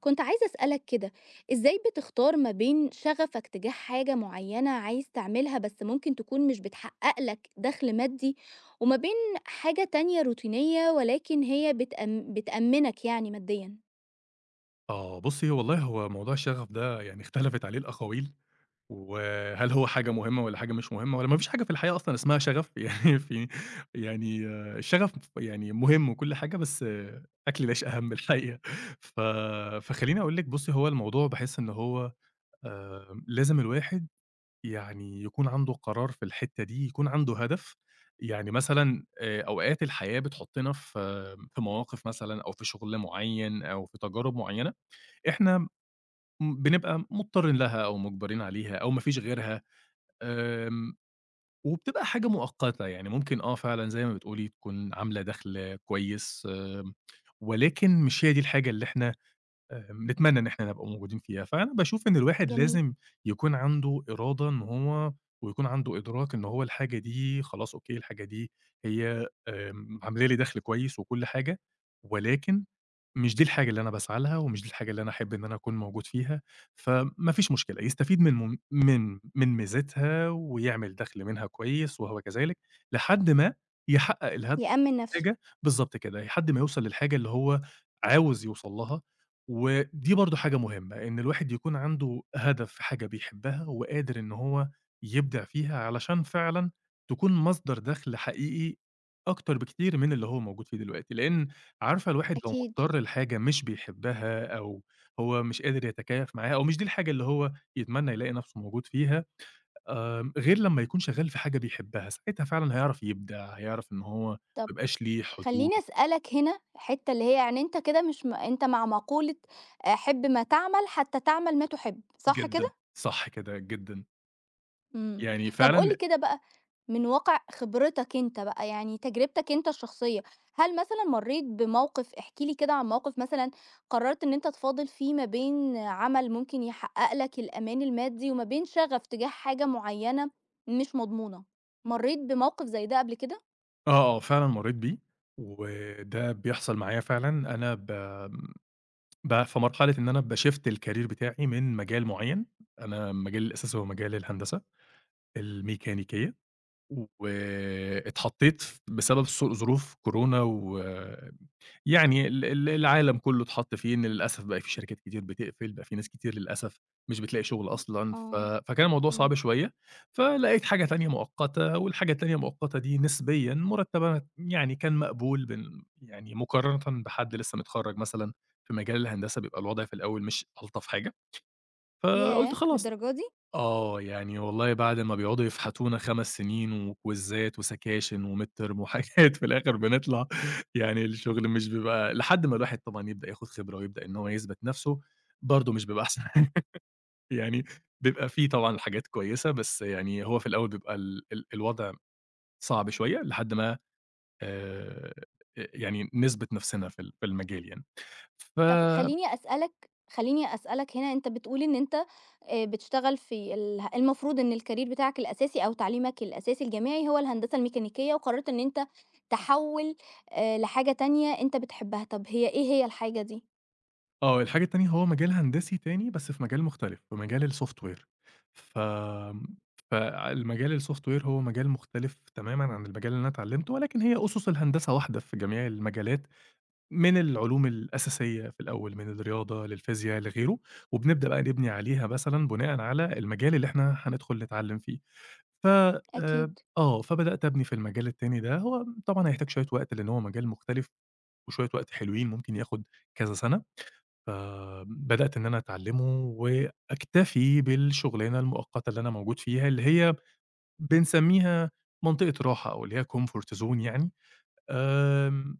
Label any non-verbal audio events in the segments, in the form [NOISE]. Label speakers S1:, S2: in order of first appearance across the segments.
S1: كنت عايزة أسألك كده، إزاي بتختار ما بين شغفك تجاه حاجة معينة عايز تعملها بس ممكن تكون مش بتحقق لك دخل مادي، وما بين حاجة تانية روتينية ولكن هي بتأمنك يعني ماديا.
S2: آه، بُصّي هو والله هو موضوع الشغف ده يعني اختلفت عليه الأقاويل، وهل هو حاجة مهمة والّا حاجة مش مهمة، والّا ما فيش حاجة في الحياة أصلًا اسمها شغف [LAUGHS] يعني في يعني آه، الشغف يعني مهم وكل حاجة، بس آه، أكل العيش أهم الحقيقة. ف فخلّيني أقول لِك بُصّي هو الموضوع باحس إن هو لازم الواحد يعني يكون عنده قرار في الحتّة دي، يكون عنده هدف، يعني مثلًا أوقات الحياة بتحطّنا في في مواقف مثلًا أو في شغل معيّن أو في تجارب معيّنة إحنا بنبقى مضطرين لها أو مُجبرين عليها أو ما فيش غيرها، آمم، وبتبقى حاجة مؤقتة، يعني ممكن آه فعلًا زي ما بتقولي تكون عاملة دخل كويس، ولكن مش هي دي الحاجة اللي إحنا نتمنى إن إحنا نبقى موجودين فيها، فأنا باشوف إن الواحد
S1: جميل.
S2: لازم يكون عنده إرادة إن هو ويكون عنده إدراك إن هو الحاجة دي خلاص أوكي، الحاجة دي هي عاملة لي دخل كويس وكل حاجة، ولكن مش دي الحاجة اللي أنا باسعى لها، ومش دي الحاجة اللي أنا أحب إن أنا أكون موجود فيها، فما فيش مشكلة يستفيد من من ميزتها ويعمل دخل منها كويس وهو كذلك، لحد ما يحقق الهدف
S1: يأمن نفسه.
S2: حاجة بالضبط كده، لحد ما يوصل للحاجة اللي هو عاوز يوصل لها، ودي برضه حاجة مهمة، إن الواحد يكون عنده هدف في حاجة بيحبها وقادر إن هو يبدع فيها، علشان فعلًا تكون مصدر دخل حقيقي أكتر بكتير من اللي هو موجود فيه دلوقتي، لإن عارفة الواحد لو
S1: أكيد.
S2: مضطر لحاجة مش بيحبها أو هو مش قادر يتكيف معاها أو مش دي الحاجة اللي هو يتمنى يلاقي نفسه موجود فيها غير لمّا يكون شغّال في حاجة بيحبها، ساعتها فعلًا هيعرف يبدع، هيعرف إن هو ما
S1: طب
S2: يبقاش ليه حدود
S1: خليني أسألك هنا الحتة اللي هي يعني أنت كده مش م... أنت مع مقولة حب ما تعمل حتى تعمل ما تحب، صح
S2: جدًا،
S1: كده؟
S2: صح كده، جدًا.
S1: إمم.
S2: يعني
S1: طب قُل لي
S2: فعلًا
S1: كده بقى، من واقع خبرتك أنت بقى، يعني تجربتك أنت الشخصية، هل مثلًا مرّيت بموقف؟ احكِ لي كده عن موقف مثلًا قررت إن أنت تفاضل فيه ما بين عمل ممكن يحقق لك الأمان المادي وما بين شغف تجاه حاجة معيّنة مش مضمونة. مرّيت بموقف زي ده قبل كده؟
S2: آه، آه، فعلًا مرّيت بيه، وده بيحصل معايا فعلًا، أنا ب ب في مرحلة إن أنا بshift الcareer بتاعي من مجال معيّن، أنا مجالي الأساسي هو مجال الهندسة الميكانيكية، واتحطّيت بسبب ظروف كورونا و يعني ال العالم كلّه اتحط فيه إن للأسف بقى في شركات كتير بتقفل، بقى في ناس كتير للأسف مش بتلاقي شغل أصلًا،
S1: آه.
S2: فكان الموضوع
S1: إمم.
S2: صعب شوية، فلقيت حاجة تانية مؤقتة، والحاجة التانية المؤقتة دي نسبيًا مرتبها يعني كان مقبول يعني مقارنةً بحد لسه متخرّج مثلًا في مجال الهندسة بيبقى الوضع في الأول مش ألطف حاجة، فقُلت
S1: ياه!
S2: خلاص
S1: للدرجة دي؟!
S2: آه، يعني والله بعد ما بيقعدوا يفحتونا 5 سنين وكويزات وسكاشن وmidterm وحاجات في الآخر بنطلع [LAUGHS] يعني الشغل مش بيبقى لحد ما الواحد طبعًا يبدأ ياخد خبرة ويبدأ إن هو يثبت نَفْسه، برضه مش بيبقى أحسن [LAUGHS] حاجة يعني بيبقى في طبعًا حاجات كويسة، بس يعني هو في الأول بيبقى ال الوضع صعب شوية لحد ما آآ، يعني نثبت نَفْسنا في في المجال يعني. ف
S1: طب خلّيني أسألك هنا، أنت بتقول إن أنت بتشتغل في المفروض إن الcareer بتاعك الأساسي أو تعليمك الأساسي الجامعي هو الهندسة الميكانيكية، وقررت إن أنت تحوّل لحاجة تانية أنت بتحبها. طب هي إيه هي الحاجة دي؟
S2: آه، الحاجة التانية هو مجال هندسي تاني بس في مجال مختلف، في مجال الsoftware ف فالمجال الsoftware هو مجال مختلف تمامًا عن المجال اللي أنا اتعلمته، ولكن هي أُسُس الهندسة واحدة في جميع المجالات، من العلوم الأساسية في الأول، من الرياضة للفيزيا لغيره، وبنبدأ بقى نبني عليها مثلًا بناءً على المجال اللي إحنا هندخل نتعلم فيه. ف
S1: أكيد.
S2: آه، فبدأت أبني في المجال التاني ده، هو طبعًا هيحتاج شوية وقت لأن هو مجال مختلف وشوية وقت حلوين ممكن ياخد كذا سنة. بدأت إن أنا أتعلّمه وأكتفي بالشُغلانة المؤقتة اللي أنا موجود فيها، اللي هي بنسمّيها منطقة راحة أو اللي هي comfort zone يعني. آمم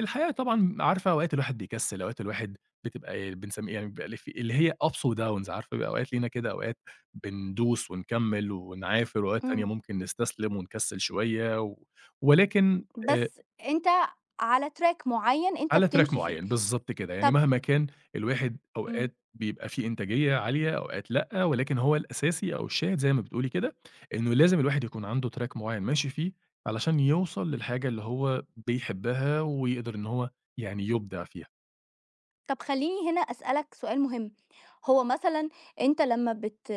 S2: الحقيقة طبعًا عارفة أوقات الواحد بيكسّل، أوقات الواحد بتبقى إيه، بنسمّيه يعني بيبقى في اللي هي ups وdowns عارفة، بيبقى أوقات لينا كده أوقات بندوس ونكمّل ونعافر، وأوقات تانية
S1: إمم،
S2: ممكن نستسلم ونكسّل شوية و ولكن آآ
S1: بس أنت على track معيّن أنت
S2: على track
S1: بتمشي فيه.
S2: معيّن، بالضبط كده، يعني
S1: طب
S2: مهما كان الواحد
S1: إمم.
S2: أوقات بيبقى في إنتاجية عالية، أوقات لأ، ولكن هو الأساسي أو الشاهد زي ما بتقولي كده، إنه لازم الواحد يكون عنده track معيّن ماشي فيه، علشان يوصل للحاجة اللي هو بيحبها ويقدر إن هو يعني يُبدع فيها.
S1: طب خلّيني هنا أسألك سؤال مهم، هو مثلًا أنت لمّا بت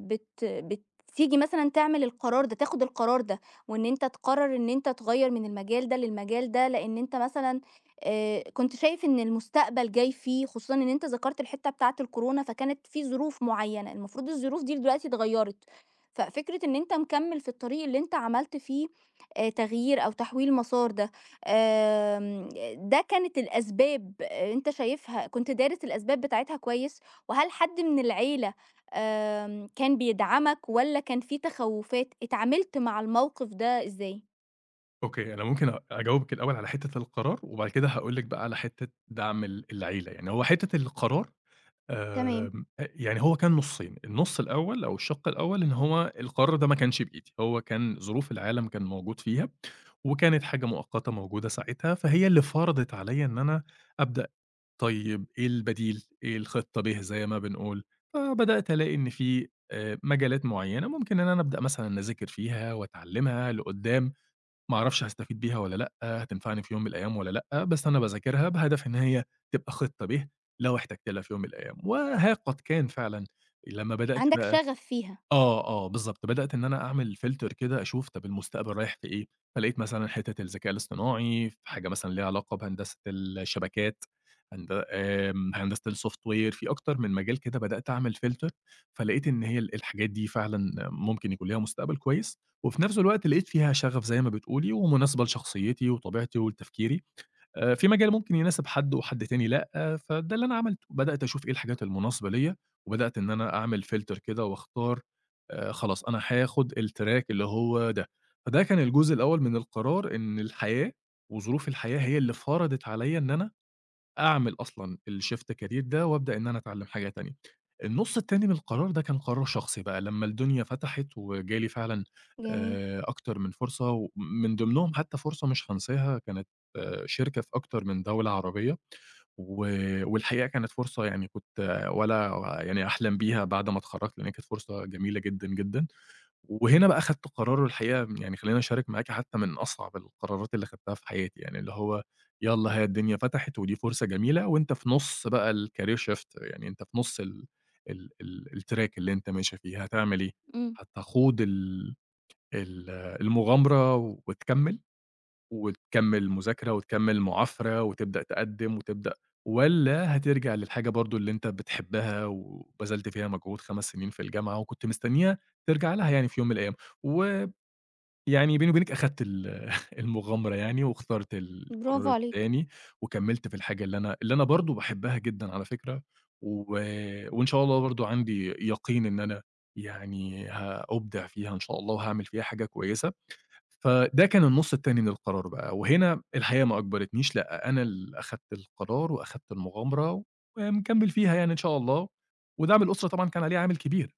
S1: بت بتيجي مثلًا تعمل القرار ده، تاخد القرار ده، وإن أنت تقرر إن أنت تغيّر من المجال ده للمجال ده، لإن أنت مثلًا كنت شايف إن المستقبل جاي فيه، خصوصًا إن أنت ذكرت الحتة بتاعة الكورونا، فكانت في ظروف معيّنة، المفروض الظروف دي دلوقتي اتغيّرت، ففكرة إن أنت مكمّل في الطريق اللي أنت عملت فيه تغيير أو تحويل مسار ده. آمم، ده كانت الأسباب أنت شايفها؟ كنت دارس الأسباب بتاعتها كويس؟ وهل حد من العيلة كان بيدعمك والّا كان في تخوّفات؟ اتعاملت مع الموقف ده إزاي؟
S2: أوكي، أنا ممكن أجاوبِك الأول على حتّة القرار، وبعد كده هاقول لِك بقى على حتّة دعم العيلة، يعني هو حتّة القرار
S1: تمام.
S2: آمم، أ يعني هو كان نُصّين، النُص الأول أو الشَق الأول إن هو القرار ده ما كانش بإيدي، هو كان ظروف العالم كان موجود فيها، وكانت حاجة مؤقتة موجودة ساعتها، فهي اللي فرضت عليَّ إن أنا أبدأ طيب إيه البديل، إيه الخطة ب زي ما بنقول، فبدأت ألاقي إن في مجالات معيّنة ممكن إن أنا أبدأ مثلًا أذاكر فيها وأتعلّمها لقدّام. ما أعرفش هاستفيد بيها والّا لأ، هتنفعني في يوم من الأيام والّا لأ، بس أنا باذاكرها بهدف إن هي تبقى خطة ب لو احتجت لها في يوم من الأيام، وها قد كان فعلًا لمّا بدأت
S1: عندك
S2: بقى
S1: شغف فيها.
S2: آه، آه، بالضبط، بدأت إن أنا أعمل filter كده أشوف طب المستقبل رايح في إيه، فلقيت مثلًا حتّة الذكاء الاصطناعي، في حاجة مثلًا ليها علاقة بهندسة الشبكات، هندسة الsoftware في أكتر من مجال كده بدأت أعمل filter، فلقيت إن هي الحاجات دي فعلًا ممكن يكون ليها مستقبل كويس، وفي نفس الوقت لقيت فيها شغف زي ما بتقولي، ومناسبة لشخصيتي وطبيعتي ولتفكيري. في مجال ممكن يناسب حد وحد تاني لأ، آه، فده اللي أنا عملته، بدأت أشوف إيه الحاجات المناسبة ليّا، وبدأت إن أنا أعمل filter كده وأختار خلاص أنا هاخد الtrack اللي هو ده، فده كان الجزء الأول من القرار إن الحياة وظروف الحياة هي اللي فرضت عليّا إن أنا أعمل أصلًا الShift career ده وأبدأ إن أنا أتعلّم حاجة تانية. النُص التاني من القرار ده كان قرار شخصي بقى، لمّا الدنيا فتحت وجالي فعلًا
S1: جميل.
S2: أكتر من فرصة ومن ضمنهم حتّى فرصة مش هانساها كانت آه، شركة في أكتر من دولة عربية، و والحقيقة كانت فرصة يعني كنت آه، ولا يعني أحلم بيها بعد ما اتخرّجت لإن هي كانت فرصة جميلة جدًا، جدًا. وهنا بقى خدت قرار الحقيقة يعني خلّيني أشارك معاكِ حتى من أصعب القرارات اللي خدتها في حياتي، يعني اللي هو يالّا هي الدنيا فتحت ودي فرصة جميلة وأنت في نُص بقى الcareer shift يعني أنت في نُص ال الtrack اللي أنت ماشي فيه، هتعمل إيه؟
S1: إمم.
S2: هتخوض ال المغامرة وتكمّل؟ وتكمّل مذاكرة وتكمّل معافرة وتبدأ تقدّم وتبدأ والّا هترجع للحاجة برضه اللي أنت بتحبها وبذلت فيها مجهود 5 سنين في الجامعة وكنت مستنيها ترجع لها يعني في يوم من الأيام، ويعني بيني وبينِك أخدت ال [LAUGHS] المغامرة يعني واخترت
S1: برافو
S2: القرار
S1: عليك.
S2: التاني وكمّلت في الحاجة اللي أنا برضه باحبها جدًا على فكرة، و وإن شاء الله برضه عندي يقين إن أنا يعني هأبدع فيها إن شاء الله وهاعمل فيها حاجة كويسة. فده كان النُص التاني من القرار بقى، وهنا الحقيقة ما أجبرتنيش، لأ، أنا اللي أخدت القرار وأخدت المغامرة ومكمّل فيها يعني إن شاء الله، ودعم الأسرة طبعًا كان عليه عامل كبير.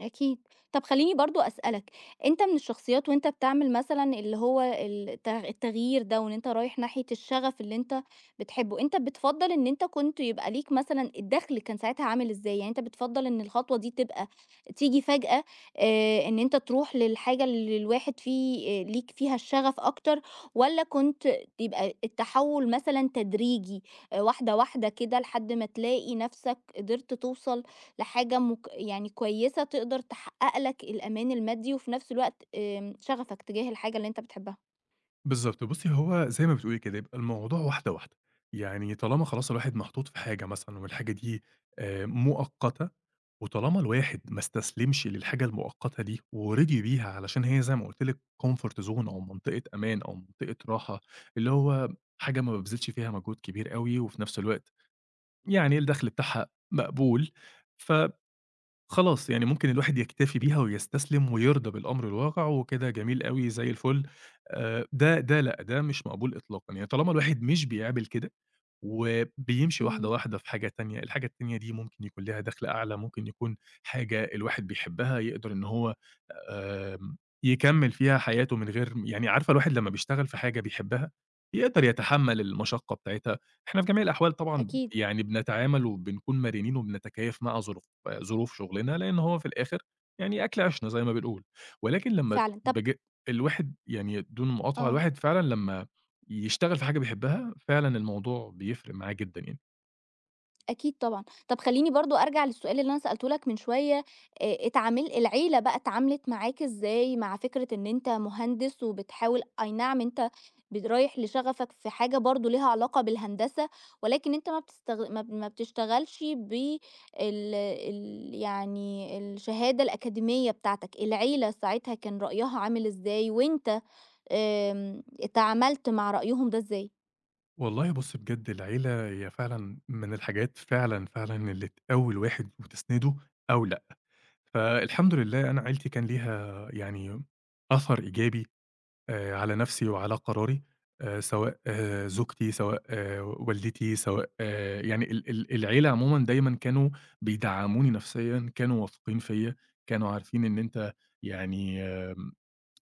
S1: أكيد. طب خلّيني برضه أسألك، أنت من الشخصيات وأنت بتعمل مثلًا اللي هو التغيير ده وإن أنت رايح ناحية الشغف اللي أنت بتحبه، أنت بتفضّل إن أنت كنت يبقى ليك مثلًا الدخل كان ساعتها عامل إزاي؟ يعني أنت بتفضّل إن الخطوة دي تبقى تيجي فجأة، إن أنت تروح للحاجة اللي الواحد فيه ليك فيها الشغف أكتر، والّا كنت يبقى التحوّل مثلًا تدريجي، واحدة، واحدة كده لحد ما تلاقي نَفْسك قدرت توصل يعني كويسة تقدر تحقق لك الأمان المادي وفي نفس الوقت شغفك تجاه الحاجة اللي انت بتحبها؟
S2: بالضبط، بُصّي هو زي ما بتقولي كده، يبقى الموضوع واحدة، واحدة، يعني طالما خلاص الواحد محطوط في حاجة مثلًا والحاجة دي مؤقتة، وطالما الواحد ما استسلمش للحاجة المؤقتة دي ورضي بيها علشان هي زي ما قُلت لِك comfort zone أو منطقة أمان أو منطقة راحة، اللي هو حاجة ما بابذلش فيها مجهود كبير أوي وفي نفس الوقت يعني الدخل بتاعها مقبول، فخلاص يعني ممكن الواحد يكتفي بيها ويستسلم ويرضى بالأمر الواقع وكده جميل أوي زي الفل، ده ده لأ، ده مش مقبول إطلاقًا، يعني طالما الواحد مش بيعمل كده وبيمشي واحدة،
S1: امم.
S2: واحدة في حاجة تانية، الحاجة التانية دي ممكن يكون ليها دخل أعلى، ممكن يكون حاجة الواحد بيحبها يقدر إن هو آمم، يكمّل فيها حياته من غير يعني عارفة الواحد لمّا بيشتغل في حاجة بيحبها، بيقدر يتحمّل المشقة بتاعتها، إحنا في جميع الأحوال طبعًا
S1: أكيد.
S2: يعني بنتعامل وبنكون مرنين وبنتكيّف مع ظروف شغلنا، لإن هو في الآخر يعني أكل عيشنا زي ما بنقول، ولكن لمّا
S1: فعلا. طب
S2: بج الواحد يعني دون مقاطعة،
S1: اه.
S2: الواحد فعلًا لمّا يشتغل في حاجة بيحبها، فعلًا الموضوع بيفرق معاه جدًا يعني.
S1: أكيد طبعًا. طَب خلّيني برضه أرجع للسؤال اللي أنا سألته لك من شوية، اتعامل العيلة بقى اتعاملت معاك إزاي مع فكرة إن أنت مهندس وبتحاول، أي نعم أنت رايح لشغفك في حاجة برضه ليها علاقة بالهندسة، ولكن أنت ما بتستغ ما ب ما بتشتغلش بال ال يعني الشهادة الأكاديمية بتاعتك، العيلة ساعتها كان رأيها عامل إزاي وأنت اتعاملت مع رأيهم ده إزاي؟
S2: والله بُص بجد العيلة هي فعلًا من الحاجات فعلًا، فعلًا اللي تقوّي الواحد وتسنده أو لأ. فالحمد لله أنا عيلتي كان ليها يعني أثر إيجابي على نفسي وعلى قراري، سواء آه، زوجتي، سواء آه، والدتي، سواء آه، يعني ال العيلة عمومًا دايمًا كانوا بيدعموني نفسيًا، كانوا واثقين فيّا، كانوا عارفين إن أنت يعني آمم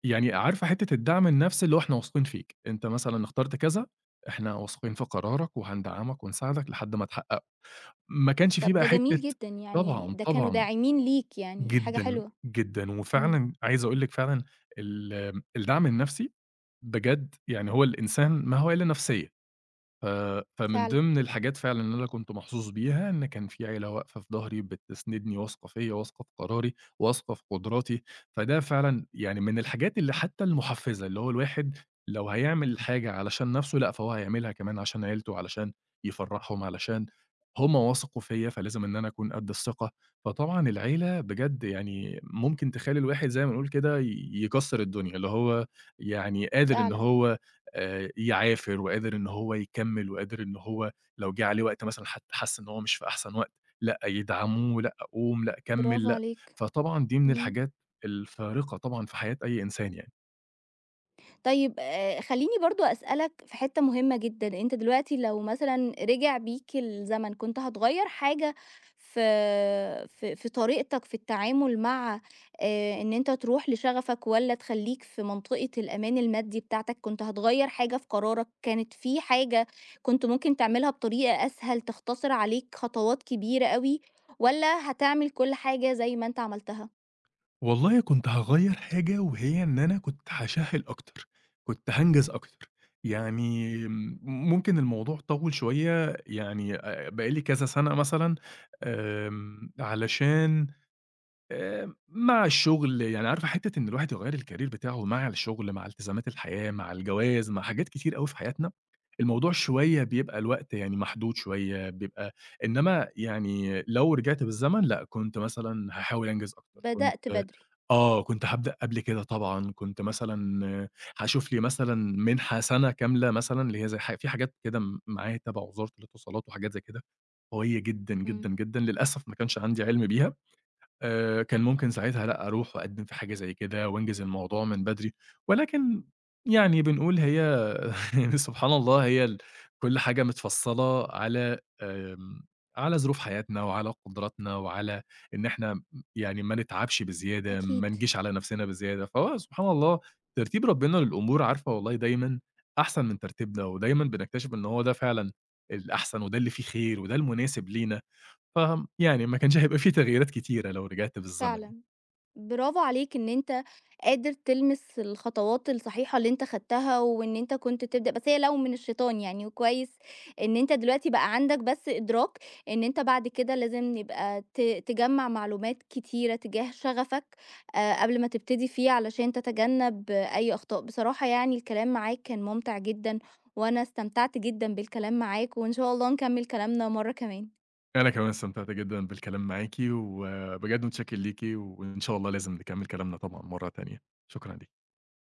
S2: يعني عارفة حتّة الدعم النفسي اللي هو إحنا واثقين فيك، أنت مثلًا اخترت كذا، إحنا واثقين في قرارك وهندعمك ونساعدك لحد ما تحققه، ما كانش في
S1: طب ده
S2: بقى
S1: جميل
S2: حتّة
S1: جدًا، يعني
S2: طبعًا،
S1: ده كانوا
S2: طبعًا،
S1: داعمين ليك يعني، حاجة
S2: جدًا،
S1: حلوة.
S2: جدًا،
S1: إمم.
S2: وفعلًا عايز أقول لِك فعلًا ال الدعم النفسي بجد يعني هو الإنسان ما هو إلا نفسيّة. ف فمن
S1: فعلًا،
S2: ضمن الحاجات فعلًا اللي أنا كنت محظوظ بيها، إن كان في عيلة واقفة في ضهري، بتسندني، واثقة فيّا، واثقة في قراري، واثقة في قدراتي، فده فعلًا يعني من الحاجات اللي حتى المحفزة، اللي هو الواحد لو هيعمل حاجة علشان نفسه، لأ فهو هيعملها كمان عشان عيلته، علشان يفرحهم، علشان هم وثقوا فيّا، فلازم إن أنا أكون قد الثقة. فطبعًا العيلة بجد يعني ممكن تخلّي الواحد زي ما نقول كده يكسر الدنيا، اللي هو يعني قادر إن
S1: فعلًا.
S2: هو يعافر وقادر إن هو يكمّل وقادر إن هو لو جه عليه وقت مثلًا حَس إن هو مش في أحسن وقت، لأ يدعموه، لأ قوم، لأ كمّل،
S1: برافو
S2: لأ.
S1: عليك.
S2: فطبعًا دي من
S1: إمم.
S2: الحاجات الفارقة طبعًا في حياة أي إنسان يعني.
S1: طيب خلّيني برضه أسألك في حتّة مهمة جدًا، أنت دلوقتي لو مثلًا رجع بيك الزمن كنت هتغيّر حاجة في طريقتك في التعامل مع إن أنت تروح لشغفك والّا تخلّيك في منطقة الأمان المادي بتاعتك، كنت هتغيّر حاجة في قرارك؟ كانت في حاجة كنت ممكن تعملها بطريقة أسهل تختصر عليك خطوات كبيرة أوي، والّا هتعمل كل حاجة زي ما أنت عملتها؟
S2: والله كنت هاغيّر حاجة وهي إن أنا كنت هاشَهِّل أكتر، كنت هانجز أكتر. يعني ممكن الموضوع طوّل شوية يعني بقى لي كذا سَنة مثلًا علشان مع الشغل، يعني عارفة حتّة إن الواحد يغيّر الcareer بتاعه مع الشغل، مع التزامات الحياة، مع الجواز، مع حاجات كتير أوي في حياتنا، الموضوع شوية بيبقى الوقت يعني محدود شوية، بيبقى إنّما يعني لو رجعت بالزمن لأ، كنت مثلًا هاحاول أنجز أكتر، كنت
S1: بدأت بدري.
S2: آه، كنت هابدأ قبل كده طبعًا، كنت مثلًا هاشوف لي مثلًا منحة سَنة كاملة مثلًا، اللي هي زي في حاجات كده معايا تبع وزارة الاتصالات وحاجات زي كده قوية جدًا،
S1: إمم.
S2: جدًا، جدًا، للأسف ما كانش عندي عِلْم بيها. كان ممكن ساعتها لأ، أروح وأقدّم في حاجة زي كده وأنجز الموضوع من بدري، ولكن يعني بنقول هي [LAUGHS] يعني سبحان الله هي كل حاجة متفصّلة على على ظروف حياتنا وعلى قدراتنا وعلى إن إحنا يعني ما نتعبش بزيادة،
S1: أكيد.
S2: ما نجيش على نَفْسنا بزيادة، فهو سبحان الله ترتيب ربنا للأمور عارفة والله دايمًا أحسن من ترتيبنا ودايمًا بنكتشف إن هو ده فعلًا الأحسن وده اللي فيه خير وده المناسب لينا. يعني ما كانش هيبقى في تغييرات كتيرة لو رجعت بالزمن.
S1: فعلًا. برافو عليك إن أنت قادر تلمس الخطوات الصحيحة اللي أنت خدتها، وإن أنت كنت تبدأ بس هي لَو من الشيطان يعني. وكويس إن أنت دلوقتي بقى عندك بس إدراك إن أنت بعد كده لازم يبقى تجمّع معلومات كتيرة تجاه شغفك، قبل ما تبتدي فيه علشان تتجنب أي أخطاء. بصراحة يعني الكلام معاك كان ممتع جدًا، وأنا استمتعت جدًا بالكلام معاك، وإن شاء الله نكمّل كلامنا مرة كمان.
S2: أنا كمان استمتعت جدًا بالكلام معاكِ، وبجد متشكر ليكِ، وإن شاء الله لازم نكمل كلامنا طبعًا مرة تانية. شكرًا ليكِ.